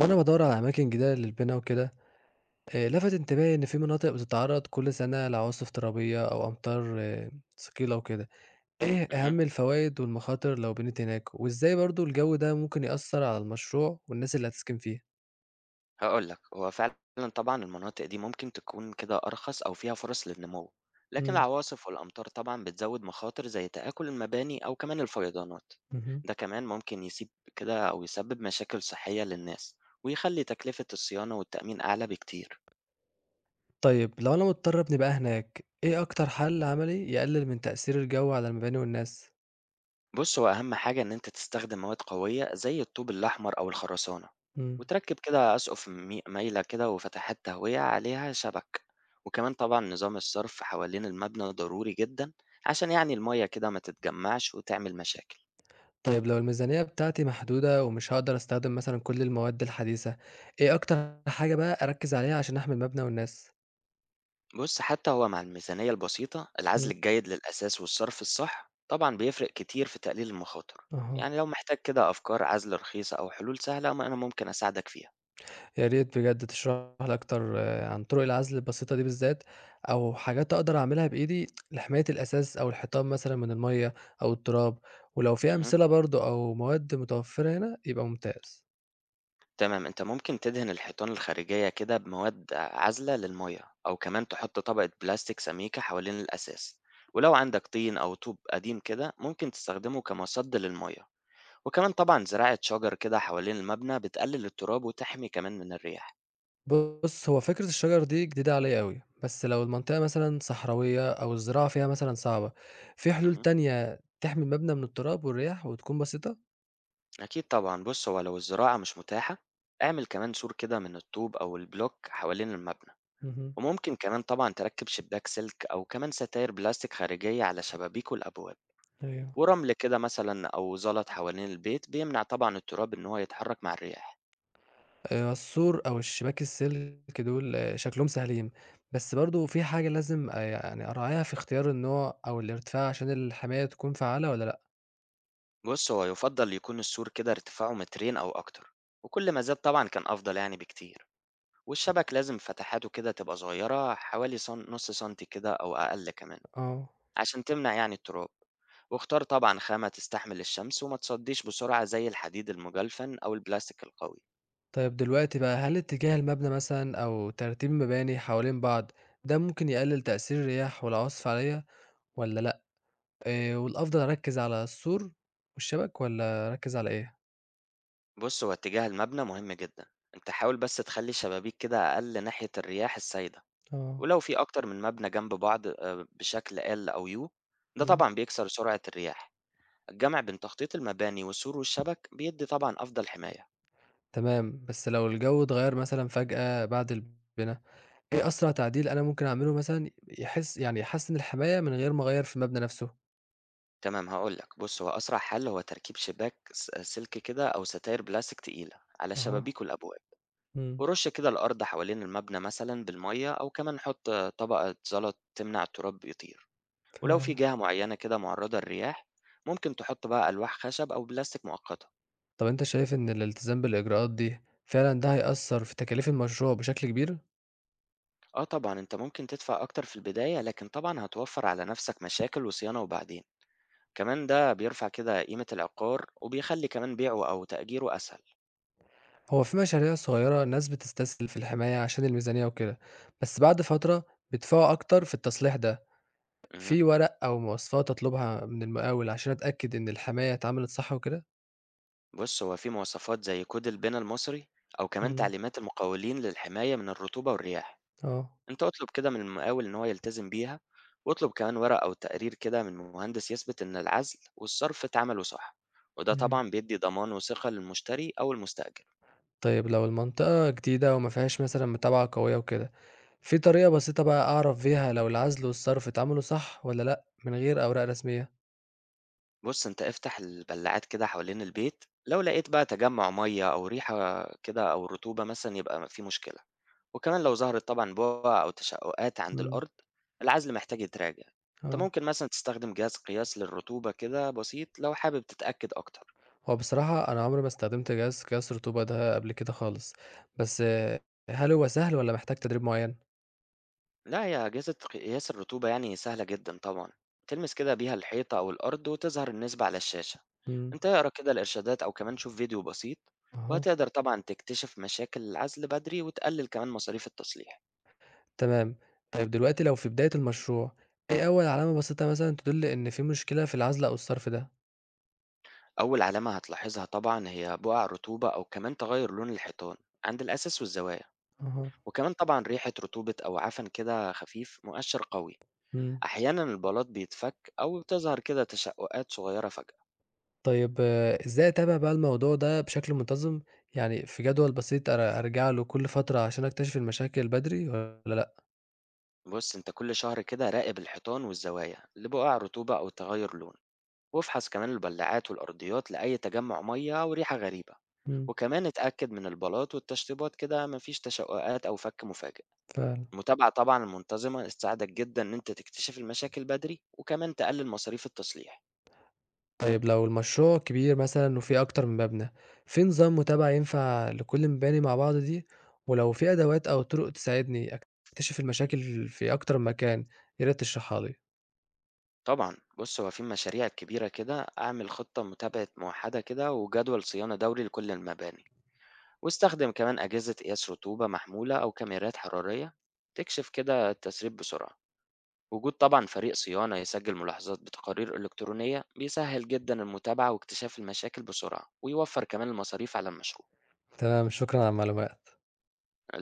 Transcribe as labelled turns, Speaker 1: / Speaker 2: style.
Speaker 1: وأنا بادوّر على أماكن جديدة للبنا وكده، لَفَت انتباهي إن في مناطق بتتعرّض كل سنة لعواصف ترابية أو أمطار آه، ثقيلة وكده، إيه
Speaker 2: اهم.
Speaker 1: أهم الفوايد والمخاطر لو بنيت هناك؟ وإزاي برضه الجو ده ممكن يأثّر على المشروع والناس اللي هتسكن فيه؟
Speaker 2: هاقول لك، هو فعلًا طبعًا المناطق دي ممكن تكون كده أرخص أو فيها فرص للنمو، لكن
Speaker 1: إمم،
Speaker 2: العواصف والأمطار طبعًا بتزود مخاطر زي تآكل المباني أو كمان الفيضانات،
Speaker 1: اهم.
Speaker 2: ده كمان ممكن يسيب كده أو يسبب مشاكل صحية للناس، ويخلي تكلفة الصيانة والتأمين أعلى بكتير.
Speaker 1: طيب لو أنا مضطر أبني بقى هناك، إيه أكتر حَل عملي يقلل من تأثير الجو على المباني والناس؟
Speaker 2: بص هو أهم حاجة إن أنت تستخدم مواد قوية زي الطوب الأحمر أو الخرسانة
Speaker 1: إمم.
Speaker 2: وتركب كده أسقف مايلة كده وفتحات تهوية عليها شبك وكمان طبعا نظام الصرف حوالين المبنى ضروري جدا عشان يعني المية كده ما تتجمعش وتعمل مشاكل.
Speaker 1: طيب لو الميزانية بتاعتي محدودة ومش هاقدر أستخدم مثلًا كل المواد الحديثة، إيه أكتر حاجة بقى أركّز عليها عشان أحمي المبنى والناس؟
Speaker 2: بص حتى هو مع الميزانية البسيطة العزل
Speaker 1: إمم،
Speaker 2: الجيد للأساس والصرف الصح طبعا بيفرق كتير في تقليل المخاطر،
Speaker 1: أها،
Speaker 2: يعني لو محتاج كده أفكار عزل رخيصة أو حلول سهلة ما أنا ممكن أساعدك فيها.
Speaker 1: يا ريت بجد تشرح لي أكتر آه، عن طرق العزل البسيطة دي بالذات، أو حاجات أقدر أعملها بإيدي لحماية الأثاث أو الحيطان مثلًا من المَيّة أو التراب، ولو في
Speaker 2: مهم.
Speaker 1: أمثلة برضه أو مواد متوفرة هنا يبقى ممتاز.
Speaker 2: تمام، أنت ممكن تدهن الحيطان الخارجية كده بمواد عازلة للمَيّة، أو كمان تحط طبقة بلاستيك سميكة حوالين الأساس، ولو عندك طين أو طوب قديم كده ممكن تستخدمه كمصَد للمَيّة، وكمان طبعًا زراعة شجر كده حوالين المبنى بتقلل التراب وتحمي كمان من الرياح.
Speaker 1: بُص، هو فكرة الشجر دي جديدة عليّا أوي، بس لو المنطقة مثلًا صحراوية أو الزراعة فيها مثلًا صعبة، في حلول
Speaker 2: اهم،
Speaker 1: تانية تحمي المبنى من التراب والرياح وتكون بسيطة؟
Speaker 2: أكيد طبعًا، بُص هو لو الزراعة مش متاحة، اعمل كمان سور كده من الطوب أو البلوك حوالين المبنى،
Speaker 1: اهم،
Speaker 2: وممكن كمان طبعًا تركب شباك سلك أو كمان ستاير بلاستيك خارجية على شبابيك والأبواب.
Speaker 1: أيوه.
Speaker 2: ورمل كده مثلا أو زلط حوالين البيت بيمنع طبعا التراب إن هو يتحرك مع الرياح.
Speaker 1: السور أو الشباك السلك دول آه، شكلهم سهلين، بس برضه في حاجة لازم يعني أراعيها في اختيار النوع أو الارتفاع عشان الحماية تكون فعّالة والّا لأ؟
Speaker 2: بص هو يفضل يكون السور كده ارتفاعه مترين أو أكتر، وكل ما زاد طبعا كان أفضل يعني بكتير، والشبك لازم فتحاته كده تبقى صغيرة حوالي نص سنتي كده أو أقل كمان
Speaker 1: آه.
Speaker 2: عشان تمنع يعني التراب، واختار طبعا خامة تستحمل الشمس وما تصديش بسرعة زي الحديد المجلفن أو البلاستيك القوي.
Speaker 1: طيب دلوقتي بقى هل اتجاه المبنى مثلًا أو ترتيب المباني حوالين بعض ده ممكن يقلل تأثير الرياح والعواصف عليّا والّا لأ؟ والأفضل أركّز على السور والشبك والّا أركّز على إيه؟
Speaker 2: بص هو اتجاه المبنى مهم جدا، انت حاول بس تخلي الشبابيك كده أقل ناحية الرياح السايدة،
Speaker 1: آه.
Speaker 2: ولو في أكتر من مبنى جنب بعض بشكل L أو U ده
Speaker 1: إمم.
Speaker 2: طبعا بيكسر سرعة الرياح. الجمع بين تخطيط المباني والسور والشبك بيدي طبعا أفضل حماية.
Speaker 1: تمام، بس لو الجو اتغيّر مثلًا فجأة بعد البنا؟ إيه أسرع تعديل أنا ممكن أعمله مثلًا يعني يحسّن الحماية من غير ما أغيّر في المبنى نفسه؟
Speaker 2: تمام هقولك، بص هو أسرع حل هو تركيب شباك سلك كده أو ستاير بلاستيك تقيلة على
Speaker 1: أها،
Speaker 2: شبابيك والأبواب،
Speaker 1: إمم،
Speaker 2: ورش كده الأرض حوالين المبنى مثلا بالمية أو كمان حط طبقة زلط تمنع التراب يطير، ولو في
Speaker 1: فعلًا.
Speaker 2: جهة معينة كده معرضة للرياح ممكن تحط بقى ألواح خشب أو بلاستيك مؤقتة.
Speaker 1: طب أنت شايف إن الالتزام بالإجراءات دي فعلًا ده هيأثّر في تكاليف المشروع بشكل كبير؟
Speaker 2: آه طبعًا، أنت ممكن تدفع أكتر في البداية، لكن طبعًا هتوفّر على نفسك مشاكل وصيانة وبعدين، كمان ده بيرفع كده قيمة العقار وبيخلّي كمان بيعه أو تأجيره أسهل.
Speaker 1: هو في مشاريع صغيرة ناس بتستسهل في الحماية عشان الميزانية وكده، بس بعد فترة بيدفعوا أكتر في التصليح ده،
Speaker 2: اهم.
Speaker 1: في ورق أو مواصفات أطلبها من المقاول عشان أتأكد إن الحماية اتعملت صح وكده؟
Speaker 2: بُص، هو في مواصفات زي كود البنا المصري أو كمان
Speaker 1: إمم.
Speaker 2: تعليمات المقاولين للحماية من الرطوبة والرياح،
Speaker 1: آه.
Speaker 2: أنت اطلب كده من المقاول إن هو يلتزم بيها، واطلب كمان ورق أو تقرير كده من مهندس يثبت إن العزل والصرف اتعملوا صح، وده
Speaker 1: أيوه.
Speaker 2: طبعًا بيدّي ضمان وثقة للمشتري أو المستأجر.
Speaker 1: طيب لو المنطقة جديدة وما فيهاش مثلًا متابعة قوية وكده، في طريقة بسيطة بقى أعرف بيها لو العزل والصرف اتعملوا صح والّا لأ من غير أوراق رسمية؟
Speaker 2: بُص، أنت افتح البلاعات كده حوالين البيت، لو لقيت بقى تجمُّع مَيّة أو ريحة كده أو رطوبة مثلًا يبقى في مشكلة، وكمان لو ظهرت طبعًا بُقع أو تشقُّقات عند
Speaker 1: إمم،
Speaker 2: الأرض، العزل محتاج يتراجع. أنت
Speaker 1: آه،
Speaker 2: ممكن مثلًا تستخدم جهاز قياس للرطوبة كده بسيط لو حابب تتأكد أكتر.
Speaker 1: هو بصراحة أنا عمري ما استخدمت جهاز قياس رطوبة ده قبل كده خالص، بس آه، هل هو سهل والّا محتاج تدريب معين؟
Speaker 2: لا، هي أجهزة قياس الرطوبة يعني سهلة جدا طبعا، تلمس كده بيها الحيطة أو الأرض وتظهر النسبة على الشاشة،
Speaker 1: إمم،
Speaker 2: أنت اقرأ كده الإرشادات أو كمان شوف فيديو بسيط
Speaker 1: أها،
Speaker 2: وهتقدر طبعا تكتشف مشاكل العزل بدري وتقلل كمان مصاريف التصليح.
Speaker 1: تمام، طيب دلوقتي لو في بداية المشروع، إيه أول علامة بسيطة مثلًا تدل إن في مشكلة في العزل أو الصرف ده؟
Speaker 2: أول علامة هتلاحظها طبعا هي بقع رطوبة أو كمان تغير لون الحيطان عند الأساس والزوايا،
Speaker 1: أها،
Speaker 2: وكمان طبعا ريحة رطوبة أو عفن كده خفيف مؤشر قوي.
Speaker 1: إمم.
Speaker 2: أحيانا البلاط بيتفك أو بتظهر كده تشققات صغيرة فجأة.
Speaker 1: طيب إزاي أتابع بقى الموضوع ده بشكل منتظم؟ يعني في جدول بسيط أرجع له كل فترة عشان أكتشف المشاكل بدري والّا لأ؟
Speaker 2: بص انت كل شهر كده راقب الحيطان والزوايا لبقع رطوبة أو تغير لون، وافحص كمان البلاعات والأرضيات لأي تجمع مية أو ريحة غريبة،
Speaker 1: إمم،
Speaker 2: وكمان اتأكد من البلاط والتشطيبات كده مفيش تشققات أو فك مفاجئ.
Speaker 1: فعلًا.
Speaker 2: المتابعة طبعا المنتظمة تساعدك جدا إن أنت تكتشف المشاكل بدري وكمان تقلل مصاريف التصليح.
Speaker 1: طيب لو المشروع كبير مثلًا وفيه أكتر من مبنى، في نظام متابعة ينفع لكل المباني مع بعض دي؟ ولو في أدوات أو طرق تساعدني أكتشف المشاكل في أكتر من مكان، يا ريت تشرحها لي.
Speaker 2: طبعا بص هو في مشاريع كبيرة كده أعمل خطة متابعة موحدة كده وجدول صيانة دوري لكل المباني، واستخدم كمان أجهزة قياس رطوبة محمولة أو كاميرات حرارية تكشف كده التسريب بسرعة. وجود طبعا فريق صيانة يسجل ملاحظات بتقارير إلكترونية بيسهل جدا المتابعة واكتشاف المشاكل بسرعة ويوفر كمان المصاريف على المشروع.
Speaker 1: تمام، شكرًا على المعلومات.